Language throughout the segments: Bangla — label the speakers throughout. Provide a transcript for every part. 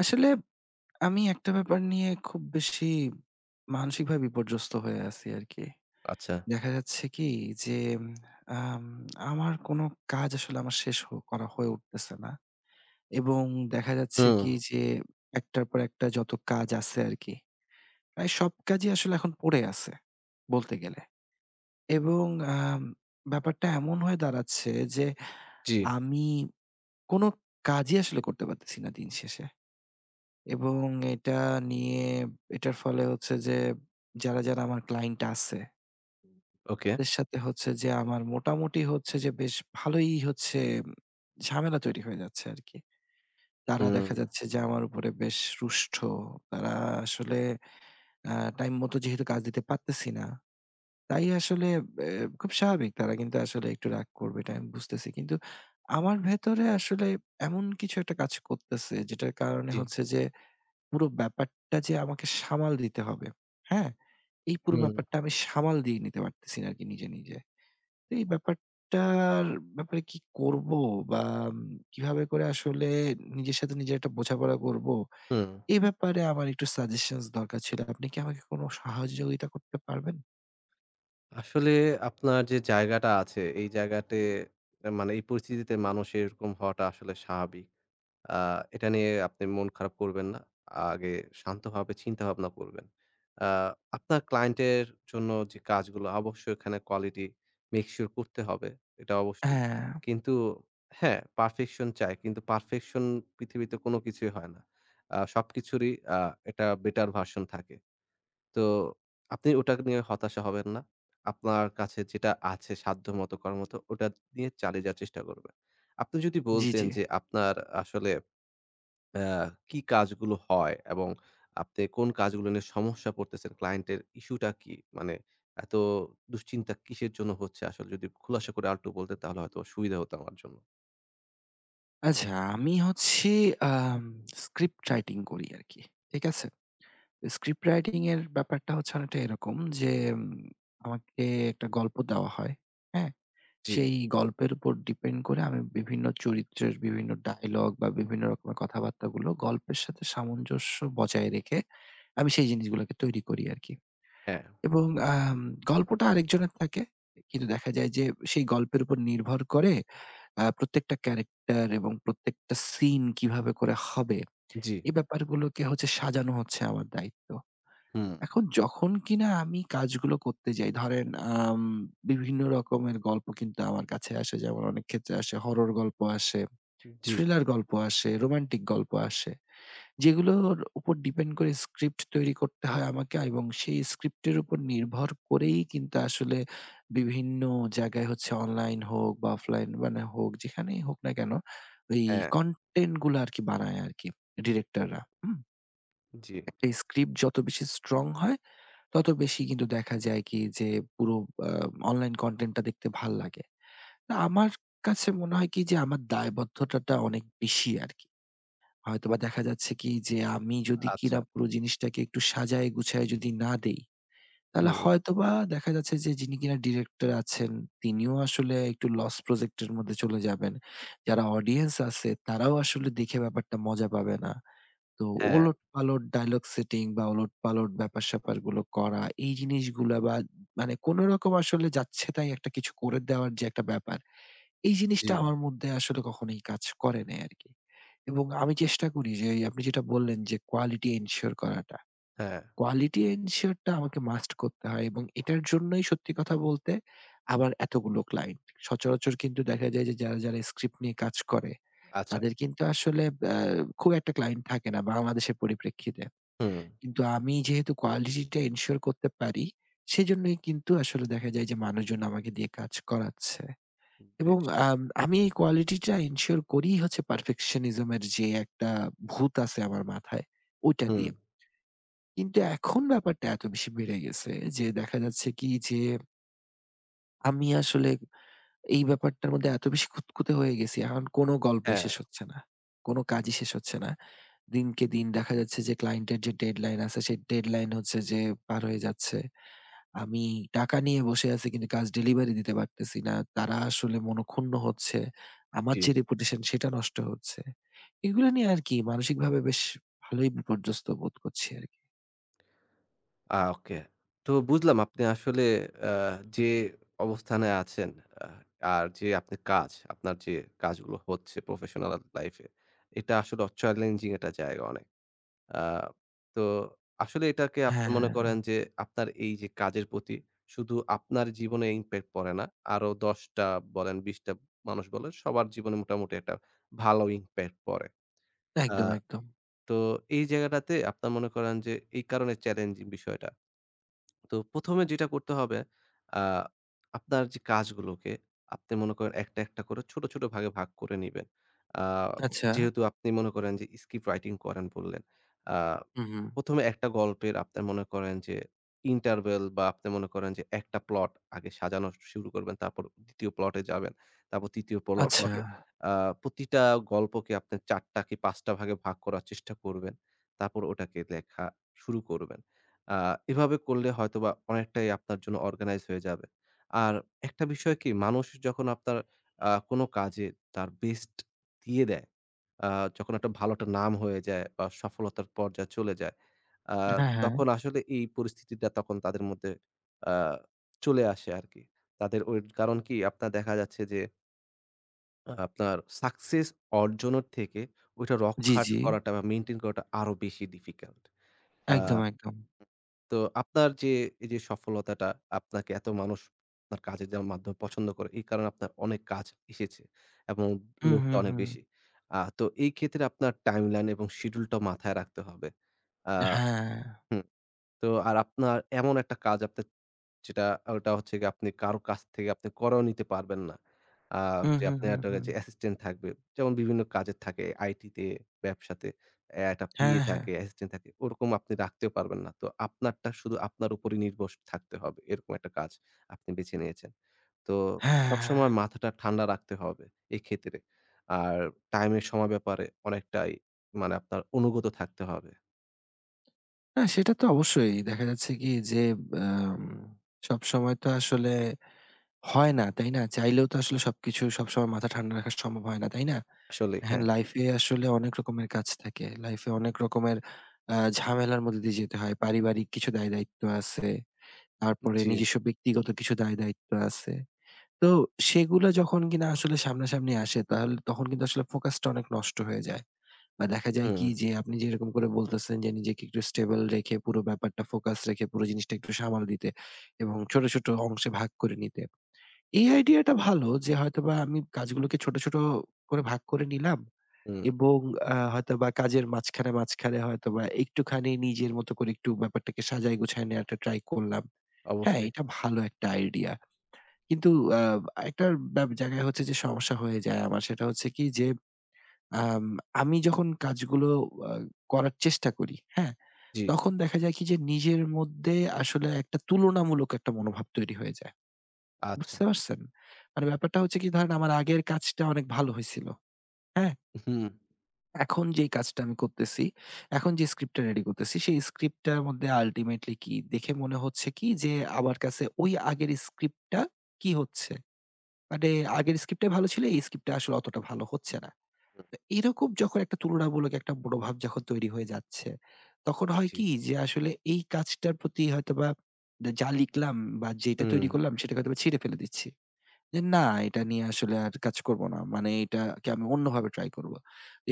Speaker 1: আসলে আমি একটা ব্যাপার নিয়ে খুব বেশি মানসিকভাবে বিপর্যস্ত হয়ে আছি আরকি।
Speaker 2: আচ্ছা।
Speaker 1: দেখা যাচ্ছে কি যে আম আমার কোনো কাজ আসলে আমার শেষ করা হয়ে উঠতেছে না। এবং দেখা যাচ্ছে
Speaker 2: হুম।
Speaker 1: কি যে একটার পর একটা যত কাজ আছে আরকি, প্রায় সব কাজই আসলে এখন পড়ে আছে বলতে গেলে। এবং আম ব্যাপারটা এমন হয়ে দাঁড়াচ্ছে যে
Speaker 2: জি,
Speaker 1: আমি কোনো কাজই আসলে করতে পারতেছি না দিন শেষে। এবং এটা নিয়ে এটার ফলে হচ্ছে যে যারা আমার ক্লায়েন্ট আছে
Speaker 2: ওকে।
Speaker 1: তাদের সাথে হচ্ছে যে আমার মোটামুটি হচ্ছে যে বেশ ভালোই হচ্ছে ঝামেলা তৈরি হয়ে যাচ্ছে আরকি। তারা
Speaker 2: হুম,
Speaker 1: দেখা যাচ্ছে যে আমার উপরে বেশ রুষ্ট। তারা আসলে আ টাইম মতো যেহেতু কাজ দিতে পারতেছি না, তাই আসলে এ খুব স্বাভাবিক তারা কিন্তু আসলে একটু রাগ করবে এটা আমি বুঝতেছি। কিন্তু আমার ভেতরে আসলে এমন কিছু একটা কাজ করতেছে যেটার কারণে
Speaker 2: জি।
Speaker 1: হচ্ছে যে পুরো ব্যাপারটা যে আমাকে সামাল দিতে হবে, হ্যাঁ? এই পুরো
Speaker 2: হুম,
Speaker 1: ব্যাপারটা আমি সামাল দিয়ে নিতে পারতেছি না আরকি নিজে, নিজে। তো এই ব্যাপারটার ব্যাপারে কি করবো বা উম কিভাবে করে আসলে নিজের সাথে নিজে একটা বোঝাপড়া করবো?
Speaker 2: হুম।
Speaker 1: এ ব্যাপারে আমার একটু সাজেশনস দরকার ছিল। আপনি কি আমাকে কোনো সহযোগিতা করতে পারবেন?
Speaker 2: আসলে আপনার যে জায়গাটা আছে, এই জায়গাতে মানে এই পরিস্থিতিতে মানুষ এরকম হওয়াটা আসলে স্বাভাবিক। আ এটা নিয়ে আপনি মন খারাপ করবেন না। আগে শান্তভাবে চিন্তা ভাবনা করবেন। আ আপনার ক্লায়েন্টের জন্য যে কাজগুলো অবশ্যই এখানে কোয়ালিটি মেক সিউর করতে হবে। এটা অবশ্যই।
Speaker 1: হ্যাঁ।
Speaker 2: কিন্তু হ্যাঁ, পারফেকশন চাই। কিন্তু পারফেকশন পৃথিবীতে কোনো কিছুই হয় না। সবকিছুরই একটা বেটার ভার্সন থাকে। তো আপনি ওটা নিয়ে হতাশা হবেন না। আপনার কাছে যেটা আছে সাধ্যমত করার মতো কর্মত ওটা নিয়ে চালিয়ে যাওয়ার চেষ্টা করবেন। আপনি যদি
Speaker 1: জি,
Speaker 2: বলতেন
Speaker 1: জি।
Speaker 2: যে আপনার আসলে অ্যা কি কাজগুলো হয় এবং আপনি কোন কাজগুলো নিয়ে সমস্যা পড়তেছেন? ক্লায়েন্টের ইস্যুটা কি? মানে এত দুশ্চিন্তা কিসের জন্য হচ্ছে আসলে যদি খুলাসা করে আরেকটু বলতেন তাহলে হয়তো সুবিধা হতো আমার জন্য।
Speaker 1: আচ্ছা, আমি হচ্ছে আম স্ক্রিপ্ট রাইটিং করি আরকি। ঠিক আছে? স্ক্রিপ্ট রাইটিং এর ব্যাপারটা হচ্ছে অনেকটা এরকম যে উম আমাকে একটা গল্প দেওয়া হয়, হ্যাঁ?
Speaker 2: জি,
Speaker 1: সেই গল্পের উপর ডিপেন্ড করে আমি বিভিন্ন চরিত্রের বিভিন্ন ডায়ালগ বা বিভিন্ন রকমের কথাবার্তাগুলো গল্পের সাথে সামঞ্জস্য বজায় রেখে আমি সেই জিনিসগুলোকে তৈরি করি আরকি।
Speaker 2: হ্যাঁ,
Speaker 1: এবং আম গল্পটা আরেকজনের থাকে। কিন্তু দেখা যায় যে সেই গল্পের উপর নির্ভর করে প্রত্যেকটা ক্যারেক্টার এবং প্রত্যেকটা সিন কিভাবে করে হবে,
Speaker 2: জি,
Speaker 1: এই ব্যাপারগুলোকে হচ্ছে সাজানো হচ্ছে আমার দায়িত্ব।
Speaker 2: হুম,
Speaker 1: এখন যখন কিনা আমি কাজগুলো করতে যাই, ধরেন আম বিভিন্ন রকমের গল্প কিন্তু আমার কাছে আসে। যেমন অনেক ক্ষেত্রে আসে, হরর গল্প আসে,
Speaker 2: জি,
Speaker 1: থ্রিলার গল্প আসে, রোমান্টিক গল্প আসে। যেগুলোর উপর ডিপেন্ড করে স্ক্রিপ্ট তৈরি করতে হয় আমাকে এবং সেই স্ক্রিপ্টের উপর নির্ভর করেই কিন্তু আসলে বিভিন্ন জায়গায় হচ্ছে, অনলাইন হোক বা অফলাইন মানে হোক যেখানেই হোক না কেন ওই
Speaker 2: হ্যাঁ,
Speaker 1: কনটেন্ট গুলো আরকি বানায় আরকি ডিরেক্টররা। হুম?
Speaker 2: জি,
Speaker 1: একটা স্ক্রিপ্ট যত বেশি স্ট্রং হয় তত বেশি কিন্তু দেখা যায় কি যে পুরো আ অনলাইন কনটেন্টটা দেখতে ভাল লাগে। না, আমার কাছে মনে হয় কি যে আমার দায়বদ্ধতাটা অনেক বেশি আরকি। হয়তোবা দেখা যাচ্ছে কি যে আমি যদি
Speaker 2: আচ্ছা,
Speaker 1: কিনা পুরো জিনিসটাকে একটু সাজায় গুছায় যদি না দেই, তাহলে
Speaker 2: হুম,
Speaker 1: হয়তোবা দেখা যাচ্ছে যে যিনি কিনা ডিরেক্টর আছেন তিনিও আসলে একটু লস প্রজেক্ট এর মধ্যে চলে যাবেন। যারা অডিয়েন্স আছে তারাও আসলে দেখে ব্যাপারটা মজা পাবে না। তো
Speaker 2: হ্যাঁ,
Speaker 1: ওলটপালট ডায়ালগ সেটিং বা ওলটপালট ব্যাপার-স্যাপার গুলো করা, এই জিনিসগুলা বা মানে কোন রকম আসলে যাচ্ছে তাই একটা কিছু করে দেওয়ার যে একটা ব্যাপার, এই
Speaker 2: জি,
Speaker 1: জিনিসটা আমার মধ্যে আসলে কখনোই কাজ করে নাই আরকি। এবং আমি চেষ্টা করি যে এই আপনি যেটা বললেন যে কোয়ালিটি এনশিওর করাটা।
Speaker 2: হ্যাঁ,
Speaker 1: কোয়ালিটি এনশিওর টা আমাকে মাস্ট করতে হয় এবং এটার জন্যই সত্যি কথা বলতে আবার এতগুলো ক্লায়েন্ট। সচরাচর কিন্তু দেখা যায় যে যারা স্ক্রিপ্ট নিয়ে কাজ করে
Speaker 2: আচ্ছা,
Speaker 1: তাদের কিন্তু আসলে আ খুব একটা ক্লায়েন্ট থাকে না বাংলাদেশের পরিপ্রেক্ষিতে।
Speaker 2: হুম,
Speaker 1: কিন্তু আমি যেহেতু কোয়ালিটিটা এনশিওর করতে পারি, সেজন্যই কিন্তু আসলে দেখা যায় যে মানুষজন আমাকে দিয়ে কাজ করাচ্ছে। এবং
Speaker 2: বেশ,
Speaker 1: আমি এই কোয়ালিটিটা এনশিওর করিই হচ্ছে পারফেকশনিজম এর যে একটা ভূত আছে আমার মাথায়, ওইটা
Speaker 2: হুম,
Speaker 1: দিয়ে। কিন্তু এখন ব্যাপারটা এত বেশি বেড়ে গেছে যে দেখা যাচ্ছে কি যে আমি আসলে এই ব্যাপারটার মধ্যে এত বেশি খুঁতখুঁতে হয়ে গেছি। এখন কোনো গল্পই
Speaker 2: হ্যাঁ,
Speaker 1: শেষ হচ্ছে না। কোনো কাজই শেষ হচ্ছে না। দিনকে দিন দেখা যাচ্ছে যে ক্লায়েন্টের যে ডেডলাইন আছে, সেই ডেডলাইন হচ্ছে যে পার হয়ে যাচ্ছে। আমি টাকা নিয়ে বসে আছি কিন্তু কাজ ডেলিভারি দিতে পারতেছি না। তারা আসলে মনঃক্ষুণ্ণ হচ্ছে। আমার
Speaker 2: জি।
Speaker 1: যে রেপুটেশন সেটা নষ্ট হচ্ছে। এগুলো নিয়ে আর কি মানসিকভাবে বেশ ভালোই বিপর্যস্ত বোধ করছি আরকি।
Speaker 2: ওকে। তো বুঝলাম আপনি আসলে আ যে অবস্থানে আছেন, আ আর যে আপনি কাজ, আপনার যে কাজগুলো হচ্ছে প্রফেশনাল লাইফ এ, এটা আসলে চ্যালেঞ্জিং একটা জায়গা অনেক। আ তো আসলে এটাকে আপনি মনে
Speaker 1: হ্যাঁ,
Speaker 2: করেন যে আপনার এই যে কাজের প্রতি শুধু আপনার জীবনে ইমপ্যাক্ট পড়ে না, আরো ১০ টা বলেন ২০ টা মানুষ বলেন সবার জীবনে মোটামুটি একটা ভালো ইমপ্যাক্ট পড়ে। আ
Speaker 1: একদম, একদম।
Speaker 2: তো এই জায়গাটাতে আপনার মনে করেন যে এই কারণে চ্যালেঞ্জিং বিষয়টা। তো ১ম এ যেটা করতে হবে আ আপনার যে কাজগুলোকে আপনি মনে করেন একটা, একটা করে ছোট, ছোট ভাগে ভাগ করে নিবেন। আ
Speaker 1: আচ্ছা।
Speaker 2: যেহেতু আপনি মনে করেন যে script writing করেন বললেন। আ
Speaker 1: হুম, হুম।
Speaker 2: ১ম এ একটা গল্পের আপনার মনে করেন যে interval বা আপনি মনে করেন যে একটা প্লট আগে সাজানো শুরু করবেন। তারপর ২য় প্লটে যাবেন। তারপর ৩য়
Speaker 1: আচ্ছা।
Speaker 2: প্লটে। আ প্রতিটা গল্পকে আপনি ৪ টা কি ৫ টা ভাগে ভাগ করার চেষ্টা করবেন। তারপর ওটাকে লেখা শুরু করবেন। আ এভাবে করলে হয়তোবা অনেকটাই আপনার জন্য অর্গানাইজ হয়ে যাবে। আর একটা বিষয় কি মানুষ যখন আপনার কোনো কাজে তার বেস্ট দিয়ে দেয়, আ যখন একটা ভালো একটা নাম হয়ে যায় বা সফলতার পর্যায়ে চলে যায়, আ
Speaker 1: হ্যাঁ, হ্যাঁ।
Speaker 2: তখন আসলে এই পরিস্থিতিটা তখন তাদের মধ্যে আ চলে আসে আরকি। তাদের ওই কারণ কি আপনার দেখা যাচ্ছে যে আপনার সাকসেস অর্জনের থেকে ওইটা
Speaker 1: জি,
Speaker 2: রক্ষা
Speaker 1: জি।
Speaker 2: করাটা বা মেইনটেইন করাটা আরো বেশি ডিফিকাল্ট। আ
Speaker 1: একদম, একদম।
Speaker 2: তো আপনার যে এই যে সফলতাটা আপনাকে এত মানুষ আপনার কাজের যেমন মাধ্যমে পছন্দ করে এই কারণে আপনার অনেক কাজ এসেছে এবং
Speaker 1: হুম,
Speaker 2: লোডটা
Speaker 1: হুম,
Speaker 2: অনেক
Speaker 1: হুম।
Speaker 2: বেশি। তো এই ক্ষেত্রে আপনার টাইমলাইন এবং শিডিউলটা মাথায় রাখতে হবে। আ
Speaker 1: হ্যাঁ।
Speaker 2: হুম। তো আর আপনার এমন একটা কাজ আপনার যেটা ওটা হচ্ছে গিয়ে আপনি কারো কাছ থেকে আপনি করাও নিতে পারবেন না। আ
Speaker 1: হুম,
Speaker 2: যে
Speaker 1: হুম,
Speaker 2: আপনার
Speaker 1: হুম,
Speaker 2: একটা
Speaker 1: হুম।
Speaker 2: যে অ্যাসিস্ট্যান্ট থাকবে। যেমন বিভিন্ন কাজে থাকে আইটিতে, ব্যবসাতে একটা পিএ
Speaker 1: হ্যাঁ, হ্যাঁ।
Speaker 2: থাকে, অ্যাসিস্ট্যান্ট থাকে। ওরকম আপনি রাখতেও পারবেন না। তো আপনারটা শুধু আপনার উপরই নির্ভর থাকতে হবে। এরকম একটা কাজ আপনি বেছে নিয়েছেন। তো
Speaker 1: হ্যাঁ।
Speaker 2: সবসময়
Speaker 1: হ্যাঁ।
Speaker 2: মাথাটা ঠান্ডা রাখতে হবে এই ক্ষেত্রে। আর টাইমের সময় ব্যাপারে অনেকটাই মানে আপনার অনুগত থাকতে হবে।
Speaker 1: না, সেটা তো অবশ্যই। দেখা যাচ্ছে কি যে আম সবসময় তো আসলে হয় না, তাই না? চাইলেও তো আসলে সবকিছু সবসময় মাথা ঠান্ডা রাখা সম্ভব হয় না, তাই না?
Speaker 2: আসলেই
Speaker 1: হ্যাঁ,
Speaker 2: হ্যাঁ।
Speaker 1: লাইফে আসলে অনেক রকমের কাজ থাকে। লাইফে অনেক রকমের ঝামেলার মধ্যে দিয়ে যেতে হয়। পারিবারিক কিছু দায়-দায়িত্ব আছে। তারপরে
Speaker 2: জি।
Speaker 1: নিজস্ব ব্যক্তিগত কিছু দায়-দায়িত্ব আছে। তো সেগুলো যখন কিনা আসলে সামনাসামনি আসে তাহলে তখন কিন্তু আসলে ফোকাসটা অনেক নষ্ট হয়ে যায়। বা দেখা যায়
Speaker 2: হুম,
Speaker 1: কি যে আপনি যেরকম করে বলতেছেন যে নিজেকে একটু স্টেবল রেখে পুরো ব্যাপারটা ফোকাস রেখে পুরো জিনিসটা একটু সামাল দিতে এবং ছোট, ছোট অংশে ভাগ করে নিতে। এই আইডিয়াটা ভালো যে হয়তোবা আমি কাজগুলোকে ছোট, ছোট করে ভাগ করে নিলাম
Speaker 2: হুম।
Speaker 1: এবং হয়তোবা কাজের মাঝখানে, মাঝখানে হয়তোবা একটুখানি নিজের মতো করে একটু ব্যাপারটাকে সাজায় গুছায় নেওয়াটা ট্রাই করলাম। হ্যাঁ,
Speaker 2: অবশ্যই।
Speaker 1: এটা ভালো একটা আইডিয়া। কিন্তু আ একটা জায়গায় হচ্ছে যে সমস্যা হয়ে যায় আমার, সেটা হচ্ছে কি যে, আম আমি যখন কাজগুলো আ করার চেষ্টা করি, হ্যাঁ?
Speaker 2: জি,
Speaker 1: তখন দেখা যায় কি যে নিজের মধ্যে আসলে একটা তুলনামূলক একটা মনোভাব তৈরি হয়ে যায়।
Speaker 2: আচ্ছা।
Speaker 1: বুঝতে পারছেন? মানে ব্যাপারটা হচ্ছে কি, ধরেন আমার আগের কাজটা অনেক ভালো হইছিল, হ্যাঁ?
Speaker 2: হুম,
Speaker 1: এখন যেই কাজটা আমি করতেছি, এখন যে স্ক্রিপ্টটা রেডি করতেছি সেই স্ক্রিপ্টটার মধ্যে আল্টিমেটলি কি দেখে মনে হচ্ছে কি যে আমার কাছে ওই আগের স্ক্রিপ্টটা কি হচ্ছে, মানে আগের স্ক্রিপ্টটাই ভালো ছিল, এই স্ক্রিপ্টটা আসলে অতটা ভালো হচ্ছে না।
Speaker 2: হুম,
Speaker 1: তো এরকম যখন একটা তুলনামূলক একটা মনোভাব যখন তৈরি হয়ে যাচ্ছে, তখন হয়
Speaker 2: জি,
Speaker 1: কি যে আসলে এই কাজটার প্রতি হয়তোবা যা লিখলাম বা যেটা
Speaker 2: হুম,
Speaker 1: তৈরি করলাম সেটাকে হয়তোবা ছিঁড়ে ফেলে দিচ্ছি। যে না, এটা নিয়ে আসলে আর কাজ করব না। মানে এটাকে আমি অন্যভাবে ট্রাই করব।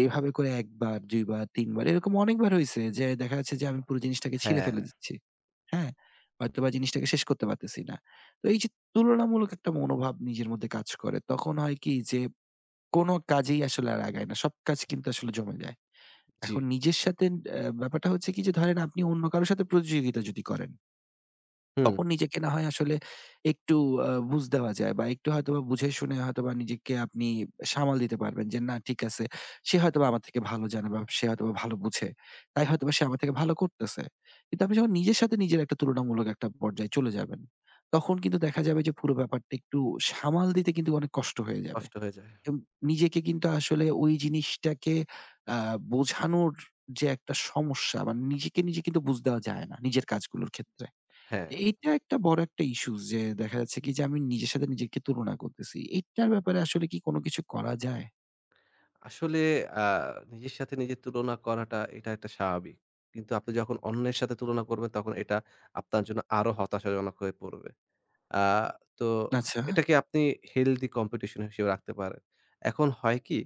Speaker 1: এভাবে করে ১ বার, ২ বার, ৩ বার এরকম অনেকবার হইছে যে দেখা যাচ্ছে যে আমি পুরো জিনিসটাকে ছিঁড়ে
Speaker 2: হ্যাঁ,
Speaker 1: ফেলে দিচ্ছি। হ্যাঁ? হয়তোবা জিনিসটাকে শেষ করতে পারতেছি না। তো এই যে তুলনামূলক একটা মনোভাব নিজের মধ্যে কাজ করে, তখন হয় কি যে কোন কাজেই আসলে আর আগায় না। সব কাজ কিন্তু আসলে জমে যায়।
Speaker 2: জি,
Speaker 1: এখন নিজের সাথে ব্যাপারটা হচ্ছে কি যে ধরেন আপনি অন্য কারো সাথে প্রতিযোগিতা যদি করেন
Speaker 2: হুম,
Speaker 1: তখন নিজেকে না হয় আসলে একটু বুঝ দেওয়া যায় বা একটু হয়তোবা বুঝে শুনে হয়তোবা নিজেকে আপনি সামাল দিতে পারবেন যে, "না, ঠিক আছে। সে হয়তোবা আমার থেকে ভালো জানে বা সে হয়তোবা ভালো বুঝে। তাই হয়তোবা সে আমার থেকে ভালো করতেছে।" কিন্তু আপনি যখন নিজের সাথে নিজের একটা তুলনামূলক একটা পর্যায়ে চলে যাবেন, তখন কিন্তু দেখা যাবে যে পুরো ব্যাপারটা একটু সামাল দিতে কিন্তু অনেক কষ্ট হয়ে যাবে।
Speaker 2: কষ্ট হয়ে যায়।
Speaker 1: এম নিজেকে কিন্তু আসলে ওই জিনিসটাকে আ বোঝানোর যে একটা সমস্যা, বা নিজেকে নিজে কিন্তু বুঝ দেওয়া যায় না নিজের কাজগুলোর ক্ষেত্রে।
Speaker 2: হ্যাঁ,
Speaker 1: এইটা একটা বড় একটা ইস্যু যে দেখা যাচ্ছে কি যে আমি নিজের সাথে নিজেকে তুলনা করতেছি। এটার ব্যাপারে আসলে কি কোন কিছু করা যায়?
Speaker 2: আসলে আ নিজের সাথে নিজের তুলনা করাটা এটা একটা স্বাভাবিক। কিন্তু আপনি যখন অন্যের সাথে তুলনা করবেন তখন এটা আপনার জন্য আরো হতাশাজনক হয়ে পড়বে। আ তো
Speaker 1: আচ্ছা।
Speaker 2: এটাকে আপনি হেলথি কম্পিটিশন হিসেবে রাখতে পারেন। এখন হয় কি,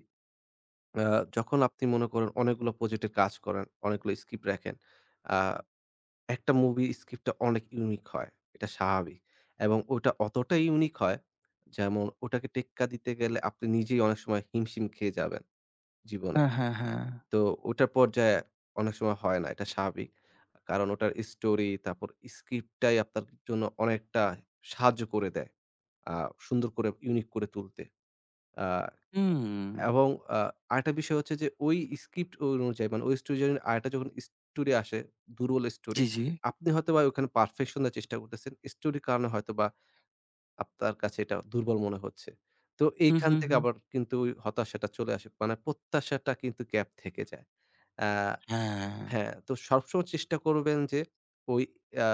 Speaker 2: আ যখন আপনি মনে করেন অনেকগুলো প্রজেক্ট এর কাজ করেন, অনেকগুলো স্কিপ রাখেন। আ একটা মুভি স্ক্রিপ্টটা অনেক ইউনিক হয়। এটা স্বাভাবিক। এবং ওটা অতটাই ইউনিক হয়, যেমন ওটাকে টেক্কা দিতে গেলে আপনি নিজেই অনেক সময় হিমশিম খেয়ে যাবেন জীবনে।
Speaker 1: হ্যাঁ, হ্যাঁ, হ্যাঁ।
Speaker 2: তো ওটার পর্যায়ে অনেক সময় হয় না। এটা স্বাভাবিক। কারণ ওটার স্টোরি তারপর স্ক্রিপ্টটাই আপনার জন্য অনেকটা সাহায্য করে দেয়। আ সুন্দর করে ইউনিক করে তুলতে। আ
Speaker 1: হুম।
Speaker 2: এবং আ আরেকটা বিষয় হচ্ছে যে ওই স্ক্রিপ্ট অনুযায়ী মানে ওই স্টোরি জন্য আরেকটা যখন স্টোরি আসে, দুর্বল স্টোরি,
Speaker 1: জি, জি।
Speaker 2: আপনি হয়তোবা ওখানে পারফেকশন দেওয়ার চেষ্টা করতেছেন। স্টোরির কারণে হয়তোবা আপনার কাছে এটা দুর্বল মনে হচ্ছে। তো
Speaker 1: হু,
Speaker 2: এইখান
Speaker 1: হু,
Speaker 2: থেকে
Speaker 1: হু।
Speaker 2: আবার কিন্তু ওই হতাশাটা চলে আসে। মানে প্রত্যাশাটা কিন্তু গ্যাপ থেকে যায়। আ
Speaker 1: হ্যাঁ।
Speaker 2: হ্যাঁ, তো সবসময় চেষ্টা করবেন যে ওই আ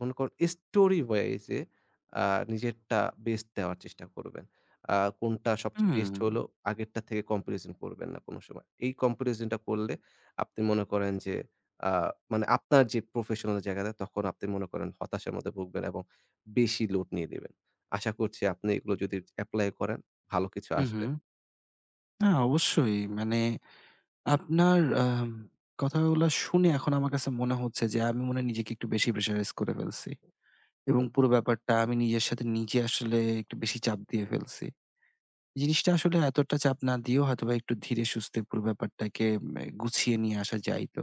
Speaker 2: মনে করেন story wise এ আ নিজেরটা বেস্ট দেওয়ার চেষ্টা করবেন। কোনটা সবচেয়ে
Speaker 1: হুম।
Speaker 2: বেস্ট হলো আগেরটা থেকে comparison করবেন না কোনো সময়। এই comparison টা করলে আপনি মনে করেন যে আ মানে আপনার যে professional জায়গাটা তখন আপনি মনে করেন হতাশার মধ্যে ভুগবেন এবং বেশি লোড নিয়ে নিবেন। আশা করছি আপনি এগুলো যদি এপ্লাই করেন ভালো কিছু
Speaker 1: হু, হু।
Speaker 2: আসবে।
Speaker 1: না, অবশ্যই। মানে আপনার কথাগুলা শুনে এখন আমার কাছে মনে হচ্ছে যে আমি মনে হয় নিজেকে একটু বেশি প্রেশারাইজ করে ফেলছি। এবং
Speaker 2: হুম,
Speaker 1: পুরো ব্যাপারটা আমি নিজের সাথে নিজে আসলে একটু বেশি চাপ দিয়ে ফেলছি। জিনিসটা আসলে এতটা চাপ না দিয়েও হয়তোবা একটু ধীরে সুস্থে পুরো ব্যাপারটাকে গুছিয়ে নিয়ে আসা যায় তো।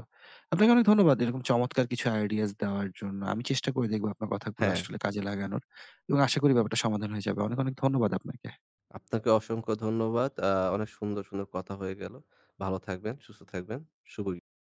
Speaker 1: আপনাকে অনেক ধন্যবাদ এরকম চমৎকার কিছু আইডিয়াস দেওয়ার জন্য। আমি চেষ্টা করে দেখব আপনার কথাগুলো
Speaker 2: হ্যাঁ।
Speaker 1: আসলে কাজে লাগানোর এবং আশা করি ব্যাপারটা সমাধান হয়ে যাবে। অনেক, অনেক ধন্যবাদ আপনাকে।
Speaker 2: আপনাকে অসংখ্য ধন্যবাদ। অনেক সুন্দর, সুন্দর কথা হয়ে গেল। ভালো থাকবেন, সুস্থ থাকবেন। শুভ